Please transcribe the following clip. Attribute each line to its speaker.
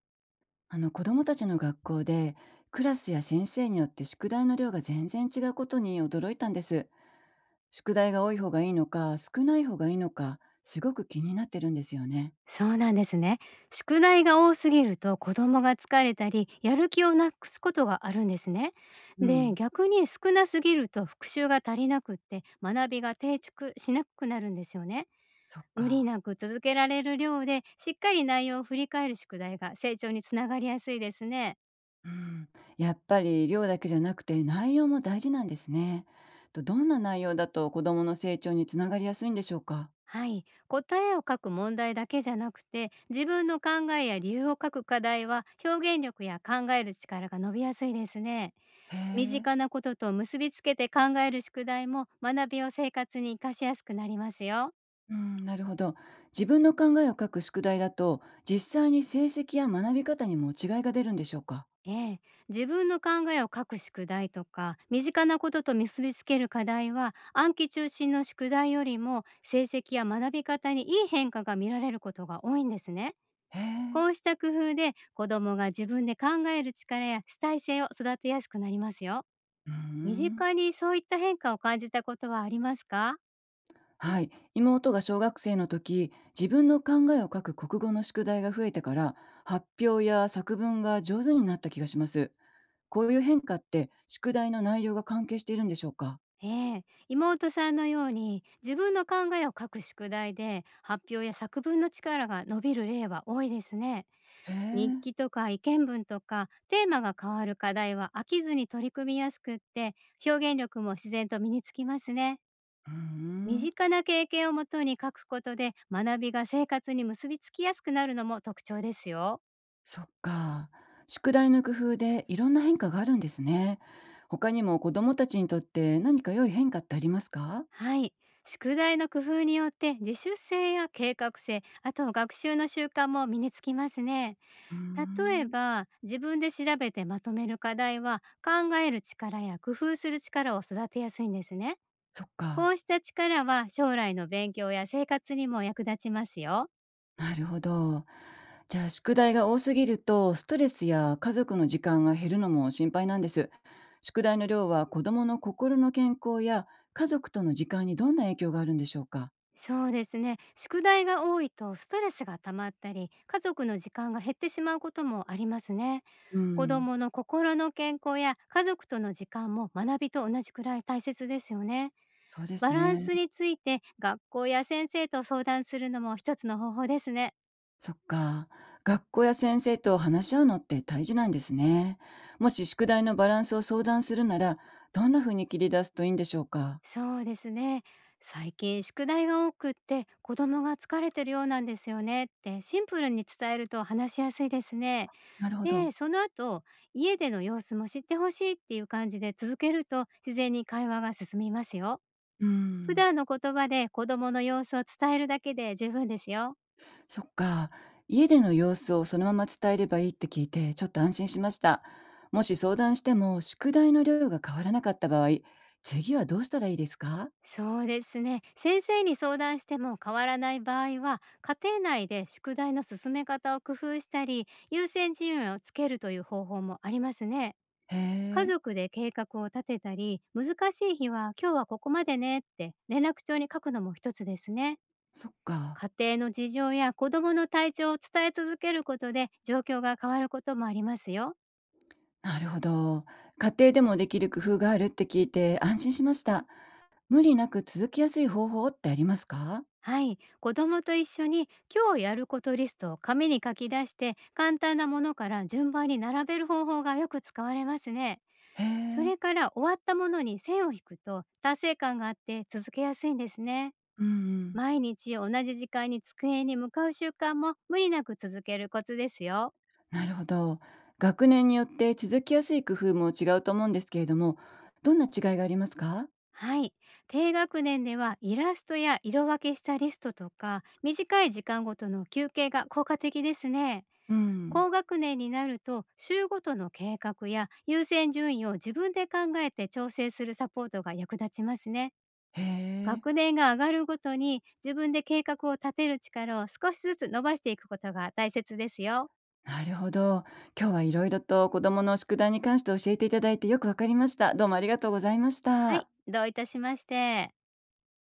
Speaker 1: あの子どもたちの学校で、クラスや先生によって宿題の量が全然違うことに驚いたんです。宿題が多い方がいいのか少ない方がいいのか、すごく気になってるんですよね。
Speaker 2: そうなんですね。宿題が多すぎると子供が疲れたりやる気をなくすことがあるんですね。
Speaker 1: う
Speaker 2: で
Speaker 1: ん。
Speaker 2: 逆に少なすぎると復習が足りなくって学びが定着しなくなるんですよね。
Speaker 1: そっ
Speaker 2: 無理
Speaker 1: か。
Speaker 2: なく続けられる量でしっかり内容を振り返る宿題が成長につながりやすいですね。
Speaker 1: うん。やっぱり量だけじゃなくて内容も大事なんですね。と、どんな内容だと子どもの成長につながりやすいんでしょうか？
Speaker 2: はい、答えを書く問題だけじゃなくて自分の考えや理由を書く課題は表現力や考える力が伸びやすいですね。
Speaker 1: へ
Speaker 2: 身近
Speaker 1: え。
Speaker 2: なことと結びつけて考える宿題も学びを生活に活かしやすくなりますよ。
Speaker 1: うん、なるほど。自分の考えを書く宿題だと、実際に成績や学び方にも違いが出るんでしょうか？
Speaker 2: ええ、自分の考えを書く宿題とか身近なことと結びつける課題は暗記中心の宿題よりも成績や学び方にいい変化が見られることが多いんですね。
Speaker 1: へえ。
Speaker 2: こうした工夫で子どもが自分で考える力や主体性を育てやすくなりますよ。
Speaker 1: うー
Speaker 2: 身
Speaker 1: ん。
Speaker 2: 近にそういった変化を感じたことはありますか？
Speaker 1: はい。妹が小学生の時、自分の考えを書く国語の宿題が増えてから、発表や作文が上手になった気がします。こういう変化って、宿題の内容が関係しているんでしょうか？
Speaker 2: ええ、妹さんのように自分の考えを書く宿題で発表や作文の力が伸びる例は多いですね。
Speaker 1: へ
Speaker 2: 日
Speaker 1: え。
Speaker 2: 記とか意見文とかテーマが変わる課題は飽きずに取り組みやすくって、表現力も自然と身につきますね。
Speaker 1: うー
Speaker 2: 身
Speaker 1: ん。
Speaker 2: 近な経験をもとに書くことで学びが生活に結びつきやすくなるのも特徴ですよ。
Speaker 1: そっか。宿題の工夫でいろんな変化があるんですね。他にも子供たちにとって何か良い変化ってありますか？
Speaker 2: はい。宿題の工夫によって自主性や計画性、あと学習の習慣も身につきますね。
Speaker 1: うー
Speaker 2: 例え
Speaker 1: ん。
Speaker 2: ば自分で調べてまとめる課題は考える力や工夫する力を育てやすいんですね。
Speaker 1: そっ
Speaker 2: こ
Speaker 1: か。
Speaker 2: うした力は将来の勉強や生活にも役立ちますよ。
Speaker 1: なるほど。じゃあ、宿題が多すぎると、ストレスや家族の時間が減るのも心配なんです。宿題の量は子供の心の健康や家族との時間にどんな影響があるんでしょうか？
Speaker 2: そうですね。宿題が多いとストレスが溜まったり家族の時間が減ってしまうこともありますね。
Speaker 1: う
Speaker 2: 子ど
Speaker 1: ん、
Speaker 2: もの心の健康や家族との時間も学びと同じくらい大切ですよね。
Speaker 1: そうで
Speaker 2: バ
Speaker 1: す
Speaker 2: ラン
Speaker 1: ね。
Speaker 2: スについて学校や先生と相談するのも一つの方法ですね。
Speaker 1: そっか。学校や先生と話し合うのって大事なんですね。もし宿題のバランスを相談するなら、どんな風に切り出すといいんでしょうか？
Speaker 2: そうですね。最近宿題が多くって子供が疲れてるようなんですよねって、シンプルに伝えると話しやすいですね。
Speaker 1: なるほ
Speaker 2: で、
Speaker 1: ど。
Speaker 2: その後、家での様子も知ってほしいっていう感じで続けると、自然に会話が進みますよ。
Speaker 1: う
Speaker 2: 普
Speaker 1: ん。
Speaker 2: 段の言葉で子供の様子を伝えるだけで十分ですよ。
Speaker 1: そっか。家での様子をそのまま伝えればいいって聞いて、ちょっと安心しました。もし相談しても、宿題の量が変わらなかった場合、次はどうしたらいいですか？
Speaker 2: そうですね。先生に相談しても変わらない場合は、家庭内で宿題の進め方を工夫したり優先順位をつけるという方法もありますね。
Speaker 1: へ
Speaker 2: 家
Speaker 1: え、
Speaker 2: 族で計画を立てたり、難しい日は今日はここまでねって連絡帳に書くのも一つですね。
Speaker 1: そっか。
Speaker 2: 家庭の事情や子供の体調を伝え続けることで、状況が変わることもありますよ。
Speaker 1: なるほど。家庭でもできる工夫があるって聞いて安心しました。無理なく続きやすい方法ってありますか？
Speaker 2: はい。子供と一緒に今日やることリストを紙に書き出して、簡単なものから順番に並べる方法がよく使われますね。
Speaker 1: へ
Speaker 2: そ
Speaker 1: え、
Speaker 2: れから終わったものに線を引くと達成感があって続けやすいんですね。
Speaker 1: うんうん。
Speaker 2: 毎日同じ時間に机に向かう習慣も無理なく続けるコツですよ。
Speaker 1: なるほど。学年によって続きやすい工夫も違うと思うんですけれども、どんな違いがありますか？
Speaker 2: はい。低学年ではイラストや色分けしたリストとか短い時間ごとの休憩が効果的ですね。
Speaker 1: うん。
Speaker 2: 高学年になると、週ごとの計画や優先順位を自分で考えて調整するサポートが役立ちますね。
Speaker 1: へえ。
Speaker 2: 学年が上がるごとに自分で計画を立てる力を少しずつ伸ばしていくことが大切ですよ。
Speaker 1: なるほど。今日はいろいろと子供の宿題に関して教えていただいて、よくわかりました。どうもありがとうございまし
Speaker 2: はい。
Speaker 1: た。
Speaker 2: どういたしまして。